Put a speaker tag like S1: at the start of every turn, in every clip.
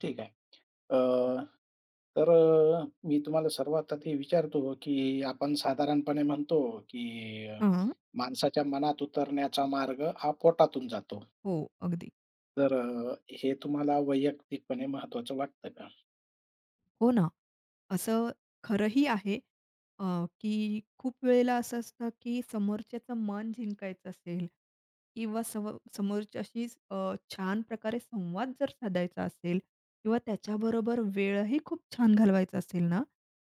S1: ठीक आहे. अ, तर मी तुम्हाला सर्वात आधी विचारतो, की आपण साधारणपणे म्हणतो, की
S2: हां.
S1: माणसाच्या मनात उतरण्याचा मार्ग हा पोटातून जातो.
S2: हो, अगदी
S1: तर हे तुम्हाला वैयक्तिकपणे महत्त्वाचं वाटतं का?
S2: हो ना. असं खरंही आहे अ, की खूप वेळेला असं असतं, की समोरच्याचं मन जिंकायचं असेल किंवा समोरच्याशी छान प्रकारे संवाद जर साधायचा असेल किंवा त्याच्याबरोबर वेळही खूप छान घालवायचा असेल ना,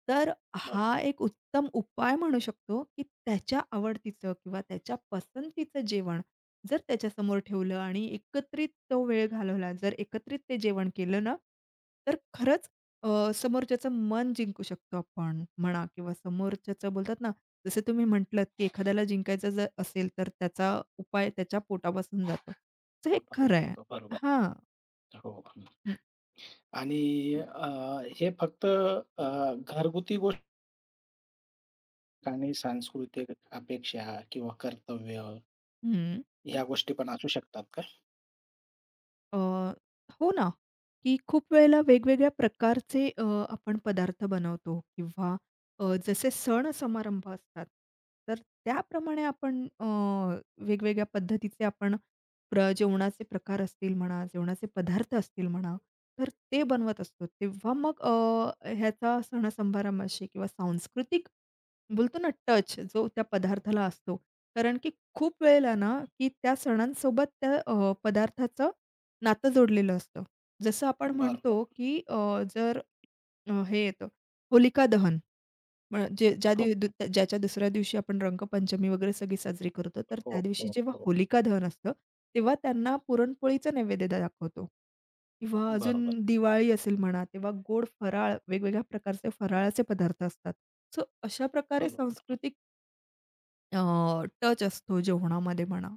S2: तर
S1: बरं,
S2: हा एक उत्तम उपाय म्हणू शकतो, की त्याच्या आवडतीचं किंवा त्याच्या पसंतीचं जेवण जर त्याच्यासमोर ठेवलं आणि एकत्रित तो वेळ घालवला, जर एकत्रित ते जेवण केलं ना, तर खरंच समोरच्याचं मन जिंकू शकतो आपण म्हणा किंवा समोरच्याचं बोलतात ना, जसं तुम्ही म्हटलत, की एखाद्याला जिंकायचं जर असेल, तर त्याचा उपाय त्याच्या पोटापासून जातो. तर हे
S1: पोटातून
S2: खरं आहे.
S1: जातो. बरोबर.
S2: हां.
S1: हो. हं.
S2: हं,
S1: आणि अ, हे फक्त घरगुती गोष्ट आणि सांस्कृतिक अपेक्षा किंवा कर्तव्य
S2: हं.
S1: ह्या गोष्टी पण असू शकतात का?
S2: अ, हो ना, की खूप वेळेला वेगवेगळ्या प्रकारचे आपण पदार्थ बनवतो किंवा जसे सण-समारंभ असतात, तर त्याप्रमाणे आपण वेगवेगळ्या पद्धतीचे आपण जेवणाचे प्रकार असतील म्हणा, जेवणाचे पदार्थ असतील म्हणा, तर ते बनवत असतो. तेव्हा मग ह्याचा सण-समारंभाशी किंवा सांस्कृतिक बोलतो ना टच जो त्या पदार्थाला असतो. कारण की खूप वेळेला ना, की त्या सणांसोबत त्या पदार्थाचं नातं जोडलेलं असतं. जसं आपण
S1: बरोबर.
S2: म्हणतो, की जर हे येतं होलिका दहन म्हणजे
S1: हो,
S2: ज्याच्या दुसऱ्या दिवशी आपण रंगपंचमी वगैरे सगळी साजरी करतो. तर
S1: हो,
S2: त्या दिवशी
S1: हो,
S2: जेव्हा
S1: हो.
S2: होलिका दहन असतं, तेव्हा त्यांना पुरणपोळीचं नैवेद्य दाखवतो. किंवा अजून
S1: बरोबर,
S2: दिवाळी असेल म्हणा, तेव्हा गोड फराळ, वेगवेगळ्या प्रकारचे फराळाचे पदार्थ असतात. सो अशा प्रकारे
S1: बरोबर.
S2: सांस्कृतिक अ, टच असतो जेवणामध्ये म्हणा,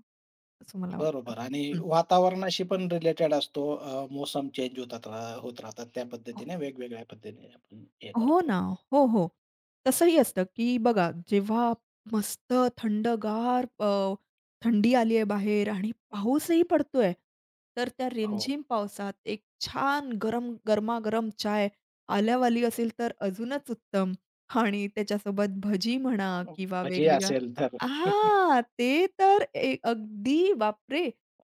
S2: असं मला वाटतं.
S1: बरोबर आणि
S2: हं.
S1: वातावरणाशी पण रिलेटेड असतो. मोसम चेंज होतात होत राहतात. त्या पद्धतीने वेगवेगळ्या पद्धतीने आपण हे
S2: हो
S1: करतो.
S2: ना. हो, हो. तसंही असतं, की बघा जेव्हा मस्त थंडगार थंडी आली आहे बाहेर आणि पाऊसही पडतोय, तर त्या
S1: हो.
S2: रिमझिम पावसात एक छान गरम गरमागरम चाय आल्यावाली असेल तर अजूनच उत्तम आणि त्याच्यासोबत भजी म्हणा
S1: अ,
S2: किंवा
S1: भजी
S2: वेगवेगळ्या
S1: असेल तर
S2: हां, ते तर अगदी बापरे!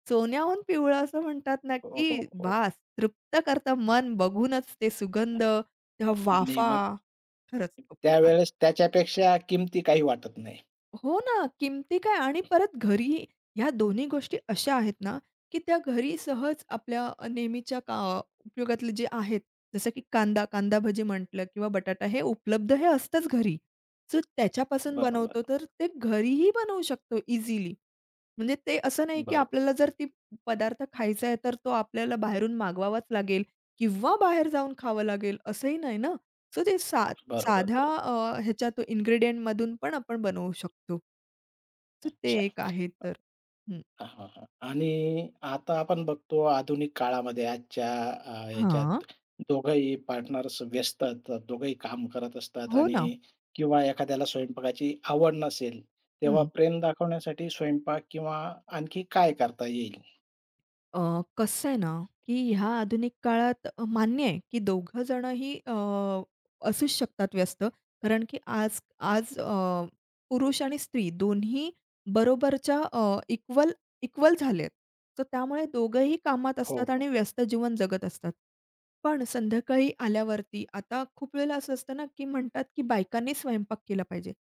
S2: सोन्याहून पिवळं असं म्हणतात ना,
S1: हो, हो,
S2: की
S1: हो.
S2: बास तृप्त करतं मन बघूनच ते सुगंध त्या
S1: आणि
S2: वाफा,
S1: मग
S2: खरंच खूप छान.
S1: त्यावेळेस त्याच्यापेक्षा किमती काही वाटत नाही.
S2: हो ना, किमती काय आणि परत घरी ह्या दोन्ही गोष्टी अशा आहेत ना, की त्या घरी सहज आपल्या नेहमीच्या उपयोगातले जे आहेत, जसं की कांदा भजी म्हटलं किंवा बटाटा हे उपलब्ध हे असतंच घरी. सो त्याच्यापासून बनवतो
S1: बरोबर.
S2: तर ते घरीही बनवू शकतो इझिली. म्हणजे ते असं नाही की आपल्याला
S1: बरोबर,
S2: जर ती पदार्थ खायचा आहे, तर तो आपल्याला बाहेरून मागवावाच लागेल किंवा बाहेर जाऊन खावं लागेल असंही नाही ना. सो ते
S1: बरोबर,
S2: साध्या
S1: बरोबर.
S2: ह्याच्यात इन्ग्रीडियंटमधून पण आपण बनवू शकतो. तर ते
S1: अच्छा.
S2: एक आहे तर. हं.
S1: हां, हां, हां. आणि आता आपण बघतो आधुनिक काळामध्ये आजच्या
S2: हां.
S1: ह्याच्यात दोघंही पार्टनर्स व्यस्त असतात, दोघंही काम करत असतात
S2: हो ना.
S1: आणि किंवा एखाद्याला स्वयंपाकाची आवड नसेल, तेव्हा
S2: हं.
S1: प्रेम दाखवण्यासाठी स्वयंपाक किंवा आणखी काय करता येईल?
S2: कसं आहे ना, की ह्या आधुनिक काळात मान्य आहे, की दोघं जणंही असूच शकतात व्यस्त. कारण की आज आज पुरुष आणि स्त्री दोन्ही बरोबरच्या इक्वल इक्वल झालेत. तर त्यामुळे दोघंही कामात
S1: हो,
S2: असतात आणि व्यस्त जीवन जगत असतात. पण संध्याकाळी आल्यावरती आता खूप वेळेला असं असतं ना, की म्हणतात, की बायकांनी स्वयंपाक केला पाहिजे.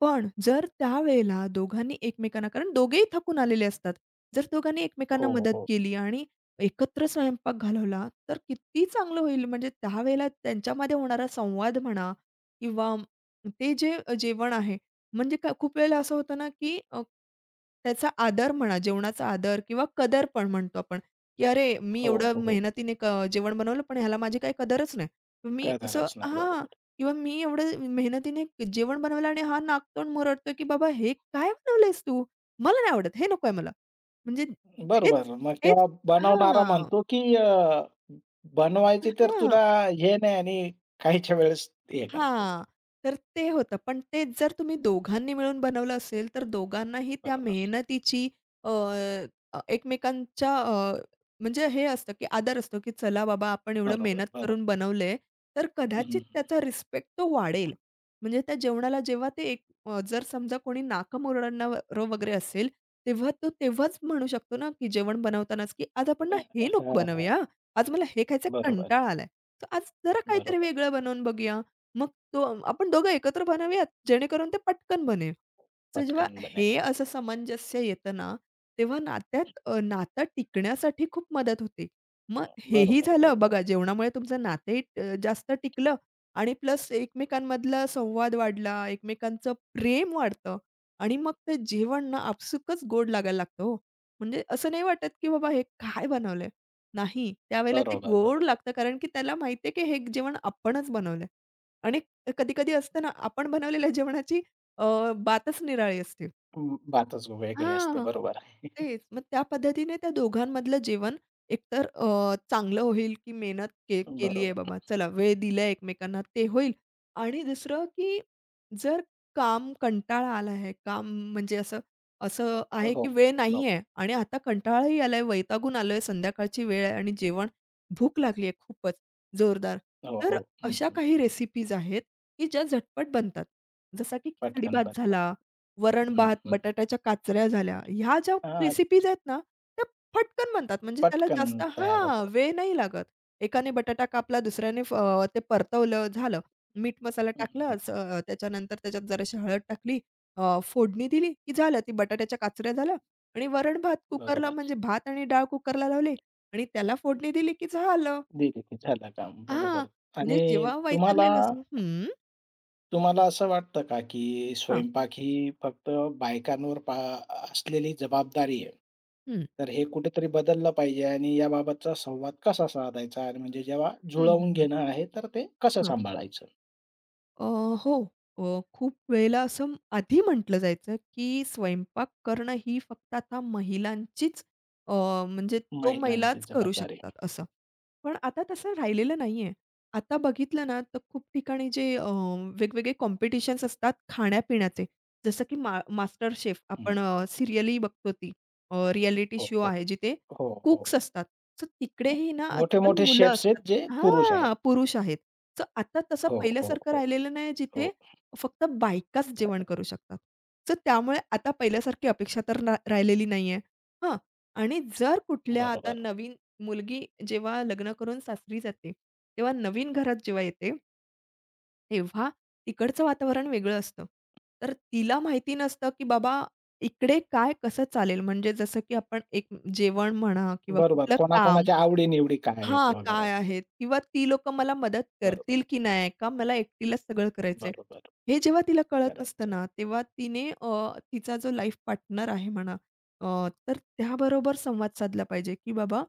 S2: पण जर त्यावेळेला दोघांनी एकमेकांना कारण दोघेही थकून आलेले असतात. जर दोघांनी एकमेकांना
S1: हो,
S2: मदत
S1: हो,
S2: केली आणि एकत्र स्वयंपाक घालवला, तर किती चांगलं होईल. म्हणजे त्यावेळेला त्यांच्यामध्ये होणारा संवाद म्हणा किंवा ते जे जेवण आहे, म्हणजे खूप वेळेला असं होतं ना, की त्याचा आदर म्हणा, जेवणाचा आदर किंवा कदर पण म्हणतो आपण, की "अरे, मी
S1: हो,
S2: एवढं
S1: हो.
S2: मेहनतीने जेवण बनवलं, पण ह्याला माझी काही कदरच नाही." मी असं
S1: करणारच नाही.
S2: हां.
S1: बरोबर.
S2: किंवा मी एवढं मेहनतीने जेवण बनवलं आणि हा नाकतोंड मुरडतोय, की "बाबा हे काय बनवलंयस तू? मला नाही आवडत. हे नको आहे मला." म्हणजे
S1: बरोबर.
S2: हेच
S1: मग
S2: हेच
S1: तेव्हा बनवणारा
S2: हां.
S1: म्हणतो, की बनवायची तर
S2: हां.
S1: तुला हे नाही आणि काहीच्या वेळेस हे करता येईल.
S2: हां. तर ते होतं. पण तेच जर तुम्ही दोघांनी मिळून बनवलं असेल, तर दोघांनाही त्या
S1: बरोबर,
S2: मेहनतीची अ, एकमेकांच्या म्हणजे हे असतं, की आदर असतो, की चला बाबा आपण एवढं मेहनत
S1: बरोबर,
S2: करून
S1: बरोबर.
S2: बनवलंय, तर
S1: हं.
S2: कदाचित त्याचा रिस्पेक्ट तो वाढेल. म्हणजे त्या जेवणाला जेव्हा ते एक जर समजा कोणी नाकं वगैरे असेल, तेव्हा तो तेव्हाच म्हणू शकतो ना, की जेवण बनवतानाच, की "आज आपण ना
S1: अ,
S2: हे नको
S1: हां, हां.
S2: बनवूया आज मला हे खायचा
S1: बरोबर,
S2: कंटाळा आलाय. तर आज जरा काहीतरी
S1: बरोबर.
S2: वेगळं बनवून बघूया." मग तो आपण दोघं एकत्र बनवूयात, जेणेकरून ते पटकन बनेल. तर जेव्हा
S1: पटकन
S2: हे
S1: बनेल.
S2: असं सामंजस्य येतं ना, तेव्हा नात्यात नातं टिकण्यासाठी खूप मदत होते. मग हेही
S1: बरोबर,
S2: झालं
S1: बरोबर,
S2: बघा जेवणामुळे तुमचं नातंही जास्त टिकलं आणि प्लस एकमेकांमधला संवाद वाढला, एकमेकांचं प्रेम वाढतं आणि मग ते जेवण ना आपसुकच गोड लागायला लागतं हो. म्हणजे असं नाही वाटत, की बाबा हे काय बनवलंय? नाही, त्यावेळेला ते
S1: बरोबर,
S2: गोड
S1: बरोबर.
S2: लागतं कारण की त्याला माहिती की हे जेवण आपणच बनवलंय. आणि कधी-कधी असतं ना, आपण बनवलेल्या जेवणाची बातच निराळी असते.
S1: अं, बातच वेगळी असते.
S2: हां.
S1: बरोबर आहे.
S2: तेच. मग त्या पद्धतीने त्या दोघांमधलं जेवण एकतर चांगलं होईल, की मेहनत केली आहे
S1: बरोबर.
S2: बाबा, चला वेळ दिला आहे एकमेकांना ते होईल आणि दुसरं, की जर काम कंटाळा आला आहे, काम म्हणजे असं असं
S1: हो,
S2: आहे, की वेळ नाही
S1: हो,
S2: आहे आणि आता कंटाळाही आलाय, वैतागून आलोय, संध्याकाळची वेळ आहे आणि जेवण भूक लागली आहे खूपच जोरदार.
S1: हो,
S2: तर
S1: हो. हं,
S2: अशा
S1: हं.
S2: काही रेसिपीज आहेत, की ज्या झटपट बनतात. जसा की खिचडी
S1: पटकन
S2: भात
S1: बनतं.
S2: झाला
S1: हं,
S2: वरण-भात,
S1: हं.
S2: बटाट्याच्या काचऱ्या झाल्या. ह्या ज्या
S1: हां,
S2: रेसिपीज आहेत ना, त्या फटकन बनतात. म्हणजे त्याला
S1: पटकन
S2: जास्त
S1: तयार
S2: हां,
S1: होतं.
S2: वेळ नाही लागत. एकाने बटाटा कापला, दुसऱ्याने ते परतवलं, झालं. मीठ मसाला
S1: हं,
S2: टाकला,
S1: हं.
S2: त्याच्यानंतर त्याच्यात जराशी हळद टाकली, फोडणी दिली, की झालं. ती बटाट्याच्या काचऱ्या झाल्या आणि वरण-भात कुकरला
S1: बरोबर.
S2: म्हणजे भात आणि डाळ कुकरला लावली आणि त्याला फोडणी दिली, की झालं.
S1: दिली की झालं काम.
S2: हां,
S1: बरोबर
S2: म्हणजे
S1: आणि
S2: जेव्हा
S1: तुम्हाला
S2: वैतागलेलं असं हं,
S1: तुम्हाला असं वाटतं का, की
S2: हां,
S1: स्वयंपाक ही फक्त बायकांवर असलेली जबाबदारी आहे?
S2: हं,
S1: तर हे कुठेतरी बदललं पाहिजे आणि याबाबतचा संवाद कसा साधायचा? आणि म्हणजे जेव्हा
S2: हं, हं,
S1: जुळवून
S2: हं.
S1: घेणं आहे, तर ते कसं
S2: हां.
S1: सांभाळायचं?
S2: अ, हो. खूप वेळेला असं आधी म्हटलं जायचं, की स्वयंपाक करणं ही फक्त आता महिलांचीच अ, म्हणजे तो
S1: महिलांची
S2: महिलाच करू
S1: जबाबदारी.
S2: शकतात असं. पण आता तसं राहिलेलं नाहीये. आता बघितलं ना, तर खूप ठिकाणी जे वेगवेगळे कॉम्पिटिशन्स असतात खाण्यापिण्याचे. जसं की मास्टर शेफ आपण
S1: हं.
S2: सीरियलही बघतो ती रिएलिटी
S1: हो,
S2: शो
S1: हो.
S2: आहे जिथे
S1: हो, हो.
S2: कुक्स असतात. सो तिकडेही ना आजकाल
S1: मोठे-मोठे
S2: मुलं
S1: शेफ्स आहेत
S2: असतात.
S1: जे पुरुष
S2: हां,
S1: आहेत.
S2: पुरुष आहेत. सो आता तसं
S1: हो, हो,
S2: पहिल्यासारखं
S1: हो,
S2: राहिलेलं नाही जिथे
S1: हो.
S2: फक्त बायकाच जेवण करू शकतात. सो त्यामुळे आता पहिल्यासारखी अपेक्षा तर राहिलेली नाहीये. हां आणि जर कुठल्या आता
S1: बरोबर.
S2: नवीन मुलगी जेव्हा लग्न करून सासरी जाते, तेव्हा नवीन घरात जेव्हा येते, तेव्हा तिकडचं वातावरण वेगळं असतं. तर तिला माहिती नसतं, की बाबा इकडे काय कसं चालेल? म्हणजे जसं की आपण एक जेवण म्हणा किंवा
S1: बरोबर.
S2: कुठलं काम
S1: कोणाकोणाच्या आवडी काय आहेत
S2: हां,
S1: वगैरे.
S2: काय आहेत? किंवा ती लोकं मला मदत
S1: बरोबर,
S2: करतील की नाही? का मला एकटीलाच सगळं करायचंय?
S1: बरोबर.
S2: हे जेव्हा तिला कळत नसतं
S1: करायचंय.
S2: ना, तेव्हा तिने तिचा जो लाईफ पार्टनर आहे म्हणा, अ, तर त्याबरोबर संवाद साधला पाहिजे, की "बाबा,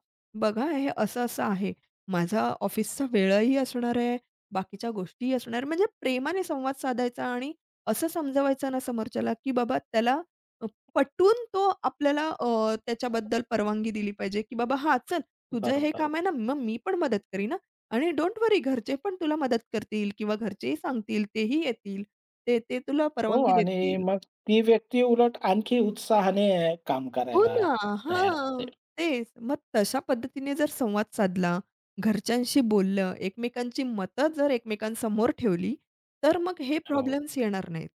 S2: बघा हे असं-असं आहे. माझा ऑफिसचा वेळही असणार आहे, बाकीच्या गोष्टीही असणार." म्हणजे प्रेमाने संवाद साधायचा आणि असं समजवायचं ना समोरच्याला, की बाबा त्याला अ, पटून तो आपल्याला त्याच्याबद्दल परवानगी दिली पाहिजे, की "बाबा हां, चल तुझं हे
S1: बरोबर.
S2: काम आहे ना, मग मी पण मदत करीन हां. आणि डोंट वरी घरचे पण तुला मदत करतील किंवा घरचेही सांगतील, तेही येतील. ते ते तुला
S1: हो
S2: परवानगी
S1: आणि
S2: देतील.
S1: मग ती व्यक्ती उलट आणखी उत्साहाने काम
S2: हो
S1: करायला
S2: ना.
S1: तयार होते.
S2: हां. तेच. मग तशा पद्धतीने जर संवाद साधला, घरच्यांशी बोललं, एकमेकांची मतं जर एकमेकांसमोर ठेवली, तर मग हे
S1: हो,
S2: प्रॉब्लेम्स येणार नाहीत.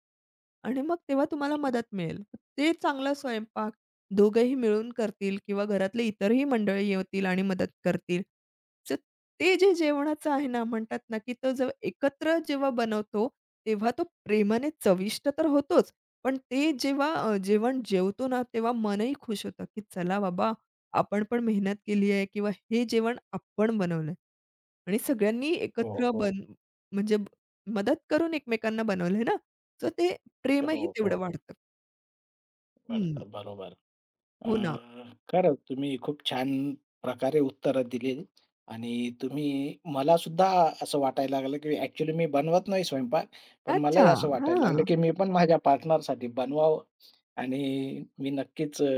S2: आणि मग तेव्हा तुम्हाला मदत मिळेल. ते चांगला स्वयंपाक दोघंही मिळून करतील किंवा घरातले इतरही मंडळी येतील आणि मदत करतील. तर ते जे जेवणाचं आहे ना, म्हणतात ना, की तो जेव्हा एकत्र जेव्हा बनवतो, तेव्हा तो प्रेमाने चविष्ट तर होतोच. पण ते जेव्हा जेवण जेवतो ना, तेव्हा मनही खुश होतं, की चला बाबा, आपण पण मेहनत केली आहे किंवा हे जेवण आपण बनवलंय आणि सगळ्यांनी
S1: हो,
S2: एकत्र
S1: हो,
S2: म्हणजे ब- मदत करून एकमेकांना बनवलंय ना, तर ते
S1: हो,
S2: प्रेमही तेवढं
S1: हो.
S2: वाढतं. हं.
S1: वाढतं बरोबर. अ,
S2: हो ना.
S1: खरंच तुम्ही खूप छान प्रकारे उत्तरं दिली आणि तुम्ही मलासुद्धा असं वाटायला लागलं, की ॲक्चुअली मी बनवत नाही स्वयंपाक, पण
S2: अच्छा.
S1: मलाही असं वाटायला लागलं,
S2: हां.
S1: की मी पण माझ्या पार्टनरसाठी बनवावं आणि मी नक्कीच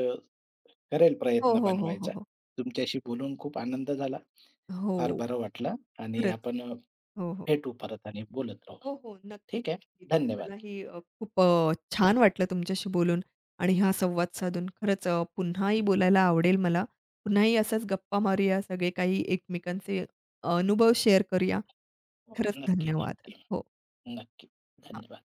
S1: करेल
S2: हो,
S1: प्रयत्न
S2: हो, हो, हो,
S1: बनवायचा.
S2: हो.
S1: तुमच्याशी बोलून खूप आनंद झाला.
S2: हो.
S1: फार बरं वाटलं आणि
S2: खरंच.
S1: आपण
S2: हो, हो.
S1: भेटू परत आणि बोलत राहू.
S2: हो, हो. नक्कीच,
S1: ठीक आहे.
S2: नक्कीच.
S1: धन्यवाद.
S2: मलाही खूप छान वाटलं तुमच्याशी बोलून आणि हा संवाद साधून. खरंच पुन्हाही बोलायला आवडेल मला. पुन्हाही असाच गप्पा मारूया. सगळे काही एकमेकांचे अनुभव शेअर करूया.
S1: हो,
S2: खरंच
S1: नक्की,
S2: धन्यवाद.
S1: नक्की,
S2: हो.
S1: नक्की. धन्यवाद.